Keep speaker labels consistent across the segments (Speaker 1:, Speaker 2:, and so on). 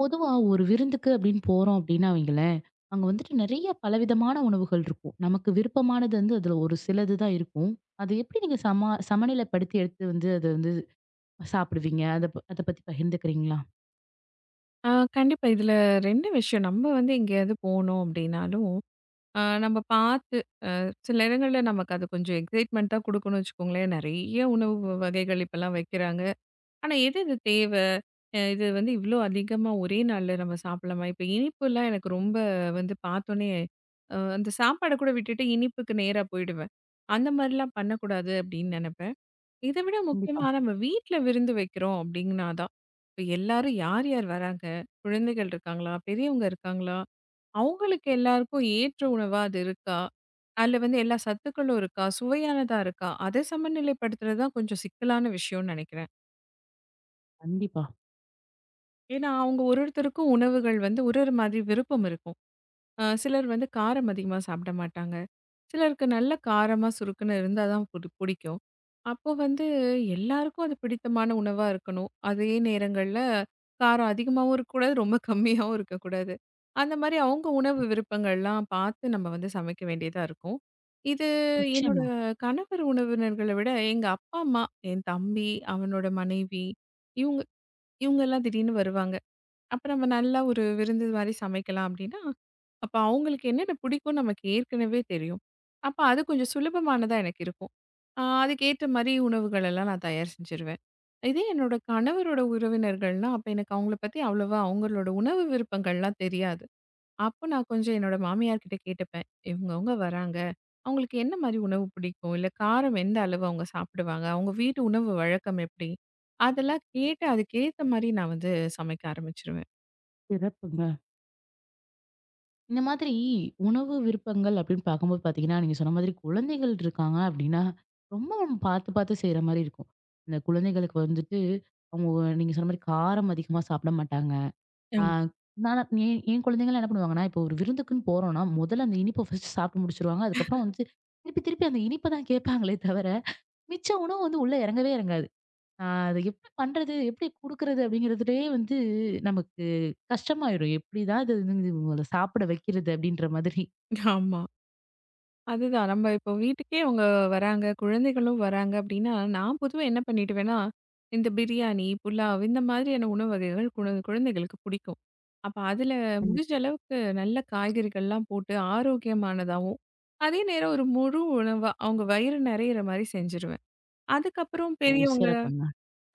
Speaker 1: பொதுவா ஒரு விருந்துக்கு அப்படின்னு போறோம் அப்படின்னா வைங்களேன், அங்க வந்துட்டு நெறைய பலவிதமான உணவுகள் இருக்கும். நமக்கு விருப்பமானது அதுல ஒரு சிலது தான் இருக்கும். அது எப்படி நீங்க சமநிலைப்படுத்தி எடுத்து வந்து அத சாப்பிடுவீங்க? அத அத பத்தி பகிர்ந்துக்கிறீங்களா?
Speaker 2: ஆ கண்டிப்பா. இதுல 2 விஷயம். நம்ம வந்து எங்கேயாவது போனோம் அப்டின்னாலும், நம்ம பார்த்து சில இடங்கள்ல நமக்கு அது கொஞ்சம் எக்ஸைட்மென்ட்டா குடுக்கணும்னு வச்சுக்கோங்களேன். நெறைய உணவு வகைகள் இப்பலாம் வைக்கிறாங்க. ஆனா எது இது தேவ? இது வந்து இவ்ளோ அதிகமா ஒரே நாள்ல நம்ம சாப்பிடலாமா? இப்ப இனிப்புலாம் எனக்கு ரொம்ப வந்து பார்த்தோனே, அந்த சாப்பாட கூட விட்டுட்டு இனிப்புக்கு நேரா போயிடுவேன். அந்த மாரிலாம் பண்ணக்கூடாது அப்டின்னு நெனப்பேன். இத விட
Speaker 1: கண்டிப்பா,
Speaker 2: முக்கியமா நம்ம வீட்ல விருந்து வைக்கிறோம் அப்படின்னா தான். இப்ப எல்லாரும் யார் யார் வராங்க? குழந்தைகள் இருக்காங்களா? பெரியவங்க இருக்காங்களா? அவங்களுக்கு எல்லாருக்கும் ஏற்ற உணவா அது இருக்கா? அதுல வந்து எல்லா சத்துக்களும் இருக்கா? சுவையானதா இருக்கா? அதை சமநிலைப்படுத்துறது தான் கொஞ்சம் சிக்கலான விஷயம்னு நினைக்கிறேன்.
Speaker 1: கண்டிப்பா.
Speaker 2: ஏன்னா அவங்க ஒரு ஒருத்தருக்கும் உணவுகள் வந்து ஒரு ஒரு மாதிரி விருப்பம் இருக்கும். சிலர் வந்து காரம் அதிகமா சாப்பிட மாட்டாங்க. சிலருக்கு நல்ல காரமா, சுருக்குன்னு இருந்தா தான் பிடிக்கும். அப்போ வந்து எல்லாருக்கும் அது பிடித்தமான உணவா இருக்கணும். அதே நேரங்கள்ல காரம் அதிகமாவும் இருக்கக்கூடாது, ரொம்ப கம்மியாவும் இருக்கக்கூடாது. அந்த மாரி அவங்க உணவு விருப்பங்கள்லாம் பார்த்து நம்ம வந்து சமைக்க வேண்டியதா இருக்கும். இது என்னோட
Speaker 1: நிச்சயமா.
Speaker 2: கணவர் உணவினர்கள விட எங்க அப்பா, அம்மா, என் தம்பி, அவனோட மனைவி இவங்க இவங்கலாம் திடீர்னு வருவாங்க. அப்ப நம்ம நல்லா ஒரு விருந்து மாரி சமைக்கலாம் அப்டின்னா, அப்ப அவங்களுக்கு என்னென்ன பிடிக்கும்னு நமக்கு ஏற்கனவே தெரியும். அப்ப அது கொஞ்சம் சுலபமானதா எனக்கு இருக்கும். ஆ, அதுக்கேத்த மாரி உணவுகள் எல்லாம் நான் தயார் செஞ்சுருவேன். இதே என்னோட கணவரோட உறவினர்கள்னா, அப்ப எனக்கு அவங்கள பத்தி அவ்வளவா அவங்களோட உணவு விருப்பங்கள்லாம் தெரியாது. அப்ப நான் கொஞ்சம் என்னோட மாமியார் கிட்ட கேட்டுப்பேன். இவங்கவங்க வராங்க. அவங்களுக்கு என்ன மாரி உணவு பிடிக்கும்? இல்ல காரம் எந்த அளவு அவங்க சாப்பிடுவாங்க? அவங்க வீட்டு உணவு வழக்கம் எப்படி? அதெல்லாம் கேட்டு அதுக்கேத்த மாரி நான் வந்து சமைக்க ஆரம்பிச்சுருவேன்.
Speaker 1: சிறப்புங்க. இந்த மாதிரி உணவு விருப்பங்கள் அப்படின்னு பார்க்கும்போது பார்த்தீங்கன்னா, நீங்க சொன்ன மாதிரி குழந்தைகள் இருக்காங்க அப்படின்னா, ரொம்ப நம்ம பார்த்து பார்த்து செய்ற மாரி இருக்கும். இந்த குழந்தைகளுக்கு வந்துட்டு, அவங்க நீங்க சொன்ன மாரி காரம் அதிகமா சாப்பிட மாட்டாங்க. ஆ
Speaker 2: ம்.
Speaker 1: நானா என் என் குழந்தைங்கலாம் என்ன பண்ணுவாங்கன்னா, இப்போ ஒரு விருந்துக்குன்னு போறோம்னா, முதல்ல அந்த இனிப்ப ஃபர்ஸ்ட் சாப்பிட்டு முடிச்சுருவாங்க. அதுக்கப்புறம் திருப்பி, திருப்பி அந்த இனிப்ப தான் கேட்பாங்களே தவிர, மிச்ச உணவு உள்ள இறங்கவே இறங்காது. ஆ அத எப்படி பண்றது? எப்படி குடுக்குறது? அப்படிங்கிறதுலயே நமக்கு கஷ்டமாயிடும். எப்படிதான் இது இவங்கள சாப்பிட வைக்கிறது? அப்படின்ற மாதிரி.
Speaker 2: ஆமா. அதுதான் நம்ம இப்போ வீட்டுக்கே அவங்க வராங்க, குழந்தைகளும் வராங்க அப்படின்னா, நான் பொதுவா என்ன பண்ணிடுவேன்னா, இந்த பிரியாணி, புலாவ் இந்த மாதிரியான உணவு வகைகள் குழந்தைகளுக்கு பிடிக்கும். அப்ப அதில முடிஞ்ச
Speaker 1: கண்டிப்பா.
Speaker 2: அளவுக்கு நல்ல காய்கறிகள்லாம் போட்டு ஆரோக்கியமானதாவும், அதே நேரம் ஒரு முழு உணவா அவங்க வயிறு நிறையிற மாரி செஞ்சுருவேன். அதுக்கப்புறம்
Speaker 1: ஓ,
Speaker 2: பெரியவங்க.
Speaker 1: சிறப்புங்க.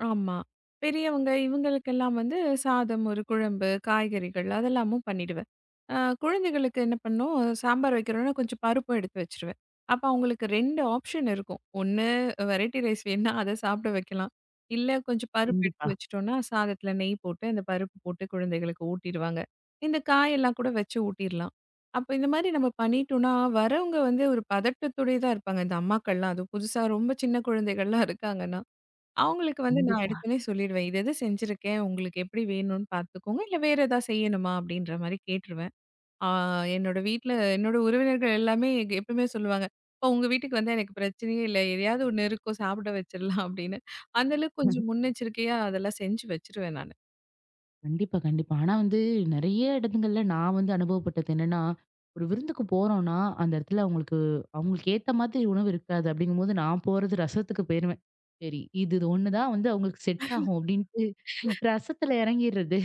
Speaker 2: ஆமா. பெரியவங்க இவங்களுக்கெல்லாம் வந்து சாதம், ஒரு குழம்பு, காய்கறிகள் அதெல்லாமும் பண்ணிடுவேன். அ குழந்தைகளுக்கு என்ன பண்ணும், சாம்பார் வைக்கிறோம்னா கொஞ்சம் பருப்பும் எடுத்து வச்சுருவேன். அப்ப அவங்களுக்கு 2 ஆப்ஷன் இருக்கும். ஒண்ணு வெரைட்டி ரைஸ் வேணுனா அத சாப்பிட வைக்கலாம். இல்ல கொஞ்சம் பருப்பு
Speaker 1: கண்டிப்பா,
Speaker 2: எடுத்து வச்சுட்டோம்னா, சாதத்துல நெய் போட்டு அந்த பருப்பு போட்டு குழந்தைகளுக்கு ஊட்டிடுவாங்க. இந்த காயெல்லாம் கூட வச்சு ஊட்டிடலாம். அப்ப இந்த மாரி நம்ம பண்ணிட்டோம்னா, வரவங்க வந்து ஒரு பதட்டத்தோடயே தான் இருப்பாங்க. இந்த அம்மாக்கள்லாம் அதுவும் புதுசா ரொம்ப சின்ன குழந்தைகள்லாம் இருக்காங்கன்னா. அவங்களுக்கு வந்து நான்
Speaker 1: கண்டிப்பா.
Speaker 2: எடுத்தோனே சொல்லிடுவேன். "இது, இது செஞ்சிருக்கேன். உங்களுக்கு எப்படி வேணும்னு பார்த்துக்கோங்க. இல்ல வேற எதா செய்யணுமா?" அப்படின்ற மாரி கேட்டுருவேன். ஆ, என்னோட வீட்ல என்னோட உறவினர்கள் எல்லாமே எப்பவுமே சொல்லுவாங்க, "அப்பா உங்க வீட்டுக்கு வந்தா எனக்கு பிரச்சனையே இல்ல. எதையாவது ஒண்ணு இருக்கும் சாப்பிட வச்சிடலாம்." அப்படின்னு. அந்த அளவுக்கு கொஞ்சம் முன்னெச்சரிக்கையா அதெல்லாம் செஞ்சு வச்சுருவேன் நானு.
Speaker 1: கண்டிப்பா, கண்டிப்பா. ஆனா நெறைய இடத்துங்கள்ல நான் அனுபவப்பட்டது என்னன்னா, ஒரு விருந்துக்கு போறோம்னா, அந்த இடத்துல அவங்களுக்கு அவங்களுக்கு ஏத்த மாதிரி உணவு இருக்காது. அப்படிங்கும்போது நான் போறது ரசத்துக்கு போயிருவேன். சரி, இது இது ஒண்ணு தான் அவங்களுக்கு செட் ஆகும் அப்படின்ட்டு ரசத்துல இறங்கிர்றது.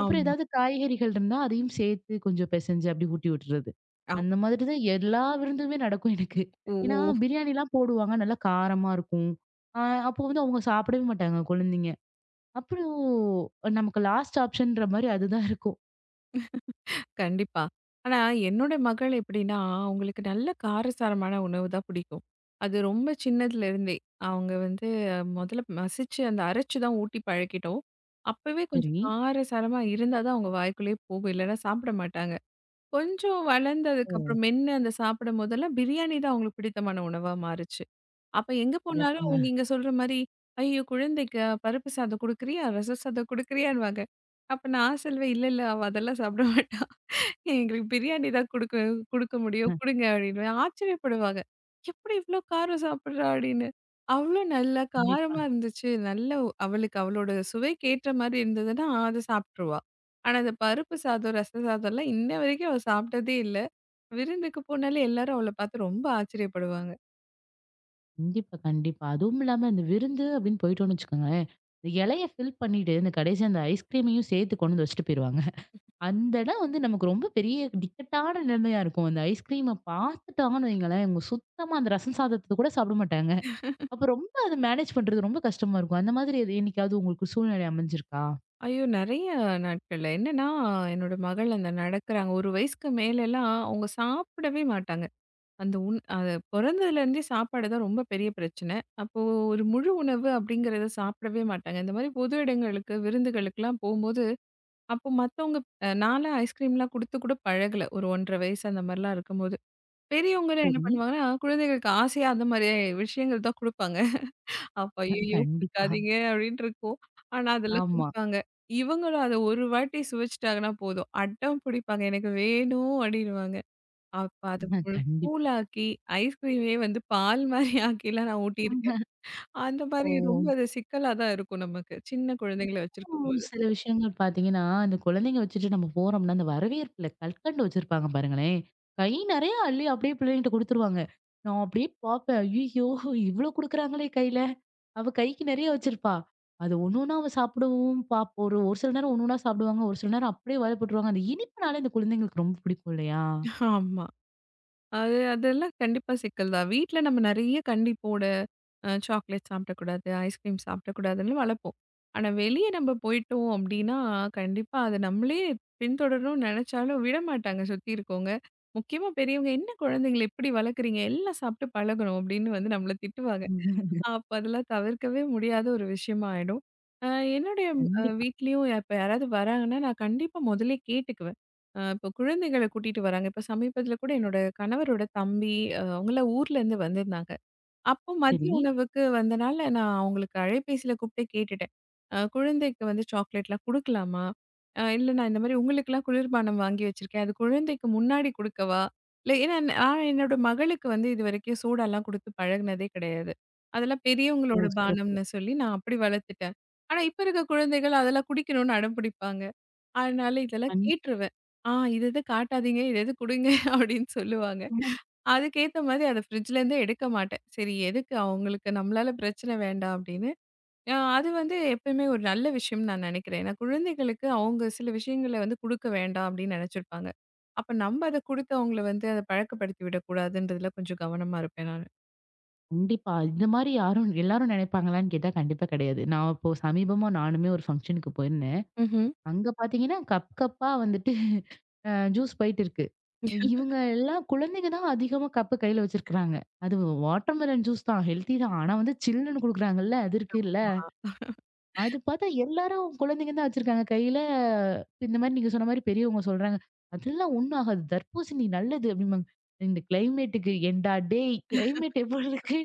Speaker 1: அப்புறம் ஏதாவது காய்கறிகள் இருந்தா அதையும் சேர்த்து கொஞ்சம் பெசஞ்சு அப்படி ஊட்டி விட்டுறது.
Speaker 2: ஆமா.
Speaker 1: அந்த மாதிரி தான் எல்லா விருந்துமே நடக்கும் எனக்கு.
Speaker 2: ஓ!
Speaker 1: ஏன்னா பிரியாணிலாம் போடுவாங்க. நல்லா காரமா இருக்கும். அ அப்போ அவங்க சாப்பிடவே மாட்டாங்க குழந்தைங்க. அப்புறம் நமக்கு லாஸ்ட் ஆப்ஷன்ற மாரி அதுதான் இருக்கும்.
Speaker 2: கண்டிப்பா. ஆனா, என்னோட மகள் எப்படின்னா, அவங்களுக்கு நல்ல காரசாரமான உணவு தான் பிடிக்கும். அது ரொம்ப சின்னதுலேருந்தே. அவங்க வந்து முதல்ல மசிச்சு, அந்த அரைச்சு தான் ஊட்டி பழக்கிட்டோம். அப்பவே கொஞ்சம்
Speaker 1: சரி.
Speaker 2: காரசாரமா இருந்தா தான் அவங்க வாய்க்குள்ளேயே போகும். இல்லைன்னா சாப்பிட மாட்டாங்க. கொஞ்சம்
Speaker 1: ஓ,
Speaker 2: வளர்ந்ததுக்கப்புறம் மென்னு அந்த சாப்பிடும் போதெல்லாம் பிரியாணி தான் அவங்களுக்கு பிடித்தமான உணவா மாறுச்சு. அப்ப எங்க
Speaker 1: சிறப்புங்க.
Speaker 2: போனாலும் நீங்க சொல்ற மாரி, "ஐயோ! குழந்தைக்கு பருப்பு சாதம் குடுக்குறியா? ரசம் சாதம் குடுக்குறியான்னுவாங்க." அப்ப நான் சொல்வேன், "இல்ல, இல்ல அவ அதெல்லாம் சாப்பிட மாட்டா." எங்களுக்கு பிரியாணி தான் குடுக்க குடுக்க முடியும்.
Speaker 1: அ
Speaker 2: குடுங்க அப்டின்னுவேன். ஆச்சரியப்படுவாங்க. எப்படி இவ்ளோ காரம் சாப்பிடுறா? அப்டின்னு. அவ்ளோ நல்லா
Speaker 1: கண்டிப்பா.
Speaker 2: காரமா இருந்துச்சு. நல்ல அவளுக்கு அவளோட சுவைக்கு ஏற்ற மாரி இருந்ததுன்னா, அத சாப்ட்டுருவா. ஆனா, இந்த பருப்பு சாதம், ரச சாதம்லாம் இன்ன வரைக்கும் அவ சாப்ட்டதே இல்ல. விருந்துக்கு போனாலே எல்லாரும் அவள பார்த்து ரொம்ப ஆச்சரியப்படுவாங்க.
Speaker 1: கண்டிப்பா, கண்டிப்பா. அதுவும் இல்லாம இந்த விருந்து அப்படின்னு போயிட்டோம்னு வச்சுக்கோங்களேன். இந்த இலைய ஃபில் பண்ணிட்டு, இந்த கடைசியா அந்த ஐஸ்கிரீமையும் சேர்த்து கொண்டு வந்து வச்சுட்டு போயிருவாங்க. அந்த இடம் நமக்கு ரொம்ப பெரிய இக்கட்டான நிலைமையா இருக்கும். அந்த ஐஸ்கிரீம பார்த்துட்டாங்கன்னு வைங்களேன், இவங்க சுத்தமா அந்த ரசம் சாதத்த கூட சாப்பிட மாட்டாங்க. அப்ப ரொம்ப அத மேனேஜ் பண்றது ரொம்ப கஷ்டமா இருக்கும். அந்த மாதிரி அது என்னைக்காவது உங்களுக்கு சூழ்நிலை அமைஞ்சிருக்கா?
Speaker 2: ஐயோ! நெறைய நாட்கள்ல. என்னன்னா, என்னோட மகள் அந்த நடக்குறாங்க. ஒரு வயசுக்கு மேலலாம் அவங்க சாப்பிடவே மாட்டாங்க. அந்த அது பொறந்ததுலேருந்தே சாப்பாடு தான் ரொம்ப பெரிய பிரச்சனை. அப்போ ஒரு முழு உணவு அப்படிங்கிறத சாப்பிடவே மாட்டாங்க. இந்த மாரி பொது இடங்களுக்கு, விருந்துகளுக்குலாம் போம்போது, அப்போ மத்தவங்க. நான்லாம் ஐஸ்கிரீம்லாம் குடுத்து கூட பழகல. ஒரு 1½ வயசு அந்த மாரிலாம் இருக்கும்போது. பெரியவங்கலாம் என்ன
Speaker 1: சரி.
Speaker 2: பண்ணுவாங்கன்னா, குழந்தைகளுக்கு ஆசையா அந்த மாரி விஷயங்கள் தான் குடுப்பாங்க. அப்ப "ஐயய்யோ!
Speaker 1: கண்டிப்பா.
Speaker 2: குடுக்காதீங்க" அப்படின்ட்டு இருக்கும். ஆனா, அதெல்லாம்
Speaker 1: ஆமா.
Speaker 2: குடுப்பாங்க. இவங்களும் அத ஒரு வாட்டி சுவைச்சுட்டாங்கன்னா போதும். அடம் பிடிப்பாங்க. "எனக்கு வேணும்" அப்படின்னுவாங்க. அப்ப அது ஒரு
Speaker 1: கண்டிப்பா.
Speaker 2: கூழாக்கி, ஐஸ்கிரீமே வந்து பால் மாரி ஆக்கிலாம் நான் ஊட்டியிருக்கேன். அந்த மாரி
Speaker 1: ஓ!
Speaker 2: ரொம்ப அது சிக்கலா தான் இருக்கும் நமக்கு. சின்ன குழந்தைங்கள
Speaker 1: ஒரு
Speaker 2: வச்சிருக்கும்போது.
Speaker 1: சில விஷயங்கள் பார்த்தீங்கன்னா, இந்த குழந்தைங்க வச்சுட்டு நம்ம போறோம்னா, அந்த வரவேற்பில கற்கண்டு வச்சிருப்பாங்க பாருங்களேன். கை நெறைய அள்ளி அப்படியே பிள்ளைங்கள்ட்ட குடுத்துருவாங்க. நான் அப்படியே பார்ப்பேன். ஐய்யய்யோ! இவ்ளோ குடுக்குறாங்களே கையில. அவ கைக்கு நெறைய வச்சிருப்பா. அது ஒண்ணு ஒண்ணா அவ சாப்பிடவும் பாப்போம். ஒரு ஒரு சில நேரம் ஒண்ணு ஒண்ணா சாப்பிடுவாங்க. ஒரு சில நேரம் அப்படியே வாயில போட்டுருவாங்க. அந்த இனிப்புனாலே இந்த குழந்தைங்களுக்கு ரொம்ப பிடிக்கும் இல்லையா?
Speaker 2: ஆமா. அது அதெல்லாம் கண்டிப்பா சிக்கல் தான். வீட்ல நம்ம நெறைய கண்டிப்போட சாக்லேட் சாப்பிடக்கூடாது, ஐஸ்கிரீம் சாப்பிடக்கூடாதுன்னு வளர்ப்போம். ஆனா வெளிய நம்ம போயிட்டோம் அப்டின்னா, கண்டிப்பா அத நம்மளே பின்தொடரணும்னு நெனச்சாலும் விடமாட்டாங்க சுத்தி இருக்கவங்க. முக்கியமா பெரியவங்க, "என்ன குழந்தைங்கள இப்டி வளர்க்குறீங்க? எல்லாம் சாப்பிட்டு பழகணும்" அப்டின்னு வந்து நம்மள திட்டுவாங்க. அப்ப அதெல்லாம் தவிர்க்கவே முடியாத ஒரு விஷயமா ஆயிடும். அ என்னுடைய
Speaker 1: கண்டிப்பா.
Speaker 2: வீட்லயும் இப்ப யாராவது வராங்கன்னா, நான் கண்டிப்பா முதல்லயே கேட்டுக்குவேன். இப்போ குழந்தைகள கூட்டிட்டு வராங்க. இப்ப சமீபத்தில கூட என்னோட கணவரோட தம்பி, அவங்கலாம் ஊர்லேருந்து வந்திருந்தாங்க. அப்போ மதிய
Speaker 1: சரி.
Speaker 2: உணவுக்கு வந்தனால நான் அவங்களுக்கு அலைபேசியில கூப்பிட்டு கேட்டுட்டேன். குழந்தைக்கு வந்து சாக்லேட்லாம் குடுக்கலாமா? இல்ல நான் இந்த மாரி உங்களுக்குலாம் குளிர்பானம் வாங்கி வச்சிருக்கேன். அது குழந்தைக்கு முன்னாடி குடுக்கவா? இல்ல ஏன்னா நான் என்னோட மகளுக்கு வந்து இதுவரைக்கும் சோடாலாம் குடுத்து பழகுனதே கிடையாது. அதெல்லாம்
Speaker 1: ஓ,
Speaker 2: பெரியவங்களோட
Speaker 1: சிறப்பு.
Speaker 2: பானம்னு சொல்லி நான் அப்படி வளர்த்துட்டேன். ஆனா இப்ப இருக்க குழந்தைகள் அதெல்லாம் குடிக்கணும்னு அடம் பிடிப்பாங்க. அதனால இதெல்லாம்
Speaker 1: கண்
Speaker 2: கேட்டுருவேன். ஆ, இது இது காட்டாதீங்க, இது இது குடுங்க அப்படின்னு சொல்லுவாங்க. அதுக்கேத்த மாதிரி அத ஃப்ரிட்ஜ்லேருந்தே எடுக்க மாட்டேன். சரி எதுக்கு அவங்களுக்கு நம்மளால பிரச்சனை வேண்டாம் அப்படின்னு. அது வந்து எப்பயுமே ஒரு நல்ல விஷயம்னு நான் நினைக்கிறேன். ஏன்னா குழந்தைகளுக்கு அவங்க சில விஷயங்கள வந்து குடுக்க வேண்டாம் அப்படின்னு நினைச்சிருப்பாங்க. அப்ப நம்ம அத குடுத்து அவங்கள வந்து அத பழக்கப்படுத்தி விடக்கூடாதுன்றதுல கொஞ்சம் கவனமா இருப்பேன் நானு.
Speaker 1: கண்டிப்பா. இந்த மாரி யாரும் எல்லாரும் நெனைப்பாங்களான்னு கேட்டா கண்டிப்பா கிடையாது. நான் இப்போ சமீபமா நானுமே ஒரு ஃபங்ஷனுக்கு போயிருந்தேன்.
Speaker 2: ம்ஹ்ம்.
Speaker 1: அங்க பார்த்தீங்கன்னா, கப்பா வந்துட்டு அ ஜூஸ் போயிட்டு இருக்கு. இவங்க எல்லாம் குழந்தைங்க தான் அதிகமா கப்பு கையில வச்சிருக்கிறாங்க. அது வாட்டர்மெலன் ஜூஸ் தான் ஹெல்த்தி தான். ஆனா சில்லுன்னு குடுக்குறாங்கல்ல, அது இருக்குல்ல.
Speaker 2: ஆ.
Speaker 1: அது பார்த்தா எல்லாரும் குழந்தைங்க தான் வச்சிருக்காங்க கையில. இந்த மாரி நீங்க சொன்ன மாரி பெரியவங்க சொல்றாங்க. "அதெல்லாம் ஒண்ணும் ஆகாது. தர்பூசணி நல்லது" அப்படிம்பாங்க. இந்த கிளைமேட்டுக்கு ஏன்டா டேய் கிளைமேட் எவ்ளோ இருக்கு?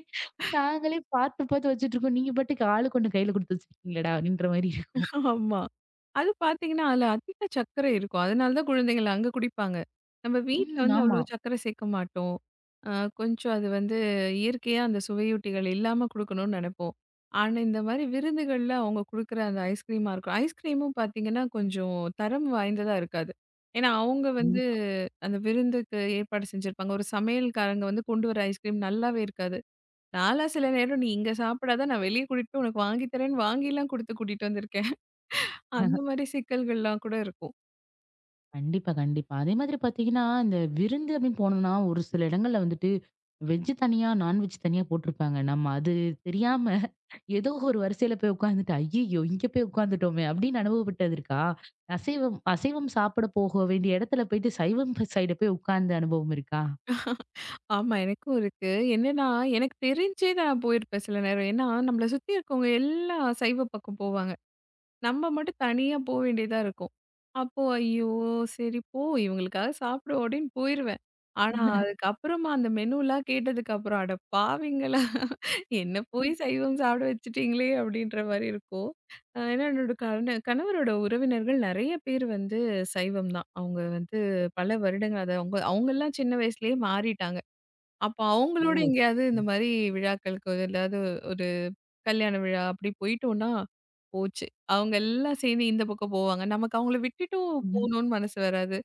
Speaker 1: நாங்களே பார்த்து பார்த்து வச்சுட்டுருக்கோம். நீங்க பாட்டுக்கு ஆளுக்கு ஒண்ணு கையில குடுத்து வச்சிருக்கீங்களேடா! அப்படின்ற மாரி இருக்கும்.
Speaker 2: ஆமா. அது பார்த்தீங்கன்னா, அதுல அதிக சர்க்கரை இருக்கும். அதனால தான் குழந்தைகள் அங்க குடிப்பாங்க. நம்ம வீட்ல
Speaker 1: ம்.
Speaker 2: வந்து அவ்வளோ
Speaker 1: ஆமா.
Speaker 2: சர்க்கரை சேர்க்க மாட்டோம். அ கொஞ்சம் அது வந்து இயற்கையா அந்த சுவையூட்டிகள் இல்லாம குடுக்கணும்னு நெனைப்போம். ஆனா, இந்த மாரி விருந்துகள்ல அவங்க குடுக்குற அந்த ஐஸ்கிரீமா இருக்கும். ஐஸ்கிரீமும் பார்த்தீங்கன்னா, கொஞ்சம் தரம் வாய்ந்ததா இருக்காது. ஏன்னா, அவங்க வந்து
Speaker 1: கண்டிப்பா.
Speaker 2: அந்த விருந்துக்கு ஏற்பாடு செஞ்சிருப்பாங்க. ஒரு சமையல்காரங்க வந்து கொண்டு வர ஐஸ்கிரீம் நல்லாவே இருக்காது. நான்லாம் சில நேரம், "நீ இங்க சாப்பிடாத, நான் வெளிய கூட்டிட்டு போய் உனக்கு வாங்கி தரேன்னு" வாங்கிலாம் குடுத்து கூட்டிட்டு வந்திருக்கேன். அந்த மாரி சிக்கல்கள்லாம் கூட இருக்கும்.
Speaker 1: கண்டிப்பா, கண்டிப்பா. அதே மாதிரி பார்த்தீங்கன்னா, இந்த விருந்து அப்படின்னு போனோம்னா, ஒரு சில இடங்கள்ல வந்துட்டு வெஜ் தனியா, நான்வெஜ் தனியா போட்டிருப்பாங்க. நம்ம அது தெரியாம ஏதோ ஒரு வரிசையில போய் உட்கார்ந்துட்டு, "ஐய்யய்யோ! இங்க போய் உட்கார்ந்துட்டோமே!" அப்படின்னு அனுபவப்பட்டது இருக்கா? அசைவம் அசைவம் சாப்பிட போக வேண்டிய இடத்துல போயிட்டு, சைவம் சைடு போய் உட்கார்ந்த அனுபவம் இருக்கா?
Speaker 2: ஆமா, எனக்கும் இருக்கு. என்னன்னா, எனக்கு தெரிஞ்சே நான் போயிருப்பேன் சில நேரம். ஏன்னா, நம்மள சுத்தி இருக்கவங்க எல்லாம் சைவ பக்கம் போவாங்க. நம்ம மட்டும் தனியா போ வேண்டியதா இருக்கும். அப்போ, "ஐயோ! சரி போ, இவங்களுக்காக சாப்பிடுவோம்" அப்படின்னு போயிருவேன். ஆனா, அதுக்கப்புறமா அந்த மெனுலாம் கேட்டதுக்கப்புறம், "அட பாவிங்களா! என்ன போய் சைவம் சாப்பிட வச்சுட்டீங்களே!" அப்பிடின்ற மாரி இருக்கும். ஏன்னா என்னோட கணவரோட உறவினர்கள் நெறைய பேர் வந்து சைவம் தான். அவுங்க வந்து பல வருடங்கள் அது அவுங்கலாம் சின்ன வயசுலயே மாறிட்டாங்க. அப்ப அவங்களோட
Speaker 1: ஓ!
Speaker 2: எங்கேயாவது
Speaker 1: சரி.
Speaker 2: இந்த மாரி விழாக்களுக்கு ஏதாவது ஒரு கல்யாண விழா அப்படி போயிட்டோம்னா, போச்சு. அவங்க எல்லாம் சேர்ந்து இந்த பக்கம் போவாங்க. நமக்கு அவங்கள விட்டுட்டும்
Speaker 1: ம்.
Speaker 2: போகணும்னு மனசு வராது.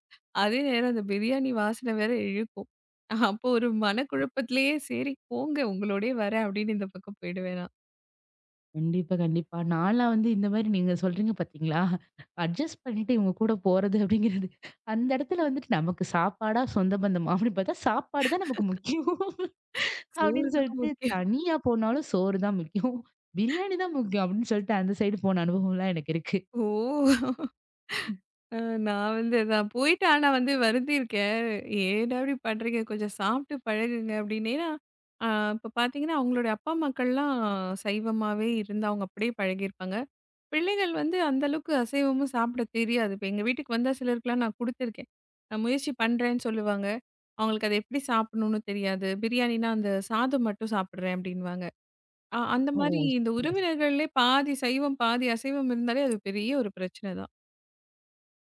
Speaker 2: அதே நேரம் அந்த பிரியாணி வாசனை வேற இழுக்கும். அப்போ ஒரு மனக்குழப்பத்திலேயே சரி போங்க உங்களோடயே வரேன் அப்படின்னு இந்த பக்கம் போயிடுவேன் நான்.
Speaker 1: கண்டிப்பா, கண்டிப்பா. நான்லாம் இந்த மாரி நீங்க சொல்றீங்க பார்த்தீங்களா? அட்ஜஸ்ட் பண்ணிட்டு இவங்க கூட போறது அப்படிங்கிறது, அந்த இடத்துல வந்துட்டு நமக்கு சாப்பாடா, சொந்த பந்தமா அப்படின்னு பார்த்தா, சாப்பாடு தான் நமக்கு முக்கியம்.
Speaker 2: சோறு
Speaker 1: அப்படின்னு
Speaker 2: தான்
Speaker 1: சொல்லிட்டு
Speaker 2: முக்கியம்.
Speaker 1: தனியா போனாலும் சோறு தான் முக்கியம். பிரியாணி தான் முக்கியம் அப்படின்னு சொல்லிட்டு அந்த சைடு போன அனுபவம்லாம் எனக்கு இருக்கு.
Speaker 2: ஓ! அ நான் வந்து நான் போயிட்டு ஆனா வந்து வருந்திருக்கேன். ஏன்டா இப்படி பண்றீங்க? கொஞ்சம் சாப்பிட்டு பழகுங்க அப்படின்னு. ஏன்னா, அ இப்ப பார்த்தீங்கன்னா, அவங்களுடைய அப்பா, அம்மாக்கள்லாம் சைவமாவே இருந்து அவங்க அப்படியே பழகியிருப்பாங்க. பிள்ளைகள் வந்து அந்த அளவுக்கு அசைவமும் சாப்பிட தெரியாது. இப்ப எங்க வீட்டுக்கு வந்தா சிலருக்குலாம் நான் குடுத்துருக்கேன். நான் முயற்சி பண்றேன்னு சொல்லுவாங்க. அவங்களுக்கு அத எப்படி சாப்பிடணும்னு தெரியாது. பிரியாணினா அந்த சாதம் மட்டும் சாப்பிடுறேன் அப்படின்னுவாங்க. அந்த
Speaker 1: ஓ!
Speaker 2: மாதிரி இந்த
Speaker 1: சரி.
Speaker 2: உறவினர்கள்லயே பாதி சைவம், பாதி அசைவம் இருந்தாலே அது பெரிய ஒரு பிரச்சனை தான்.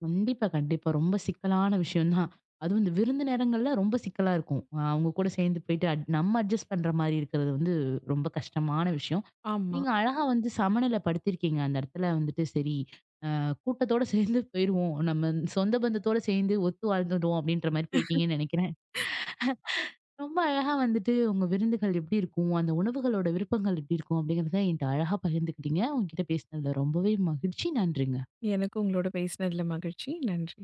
Speaker 1: கண்டிப்பா, கண்டிப்பா. ரொம்ப சிக்கலான விஷயம் தான். அதுவும் இந்த விருந்து நேரங்கள்ல ரொம்ப சிக்கலா இருக்கும். அ அவங்க கூட சேர்ந்து போயிட்டு நம்ம அட்ஜஸ்ட் பண்ற மாரி இருக்கிறது ரொம்ப கஷ்டமான விஷயம்.
Speaker 2: ஆமா.
Speaker 1: நீங்க அழகா சமநிலைப்படுத்தியிருக்கீங்க. அந்த இடத்துல வந்துட்டு சரி, அ கூட்டத்தோட சேர்ந்து போயிருவோம். நம்ம சொந்த பந்தத்தோட சேர்ந்து ஒத்து வாழ்ந்துடுவோம் அப்படின்ற மாரி போயிட்டீங்கன்னு நெனைக்கிறேன். ரொம்ப அழகா வந்துட்டு உங்க விருந்துகள் எப்படி இருக்கும்? அந்த உணவுகளோட விருப்பங்கள் எப்படி இருக்கும்? அப்படிங்கிறத என்ட்ட அழகா பகிர்ந்துக்கிட்டீங்க. உங்ககிட்ட பேசினதுல ரொம்பவே மகிழ்ச்சி. நன்றிங்க.
Speaker 2: எனக்கும் உங்களோட பேசினதுல மகிழ்ச்சி. நன்றி.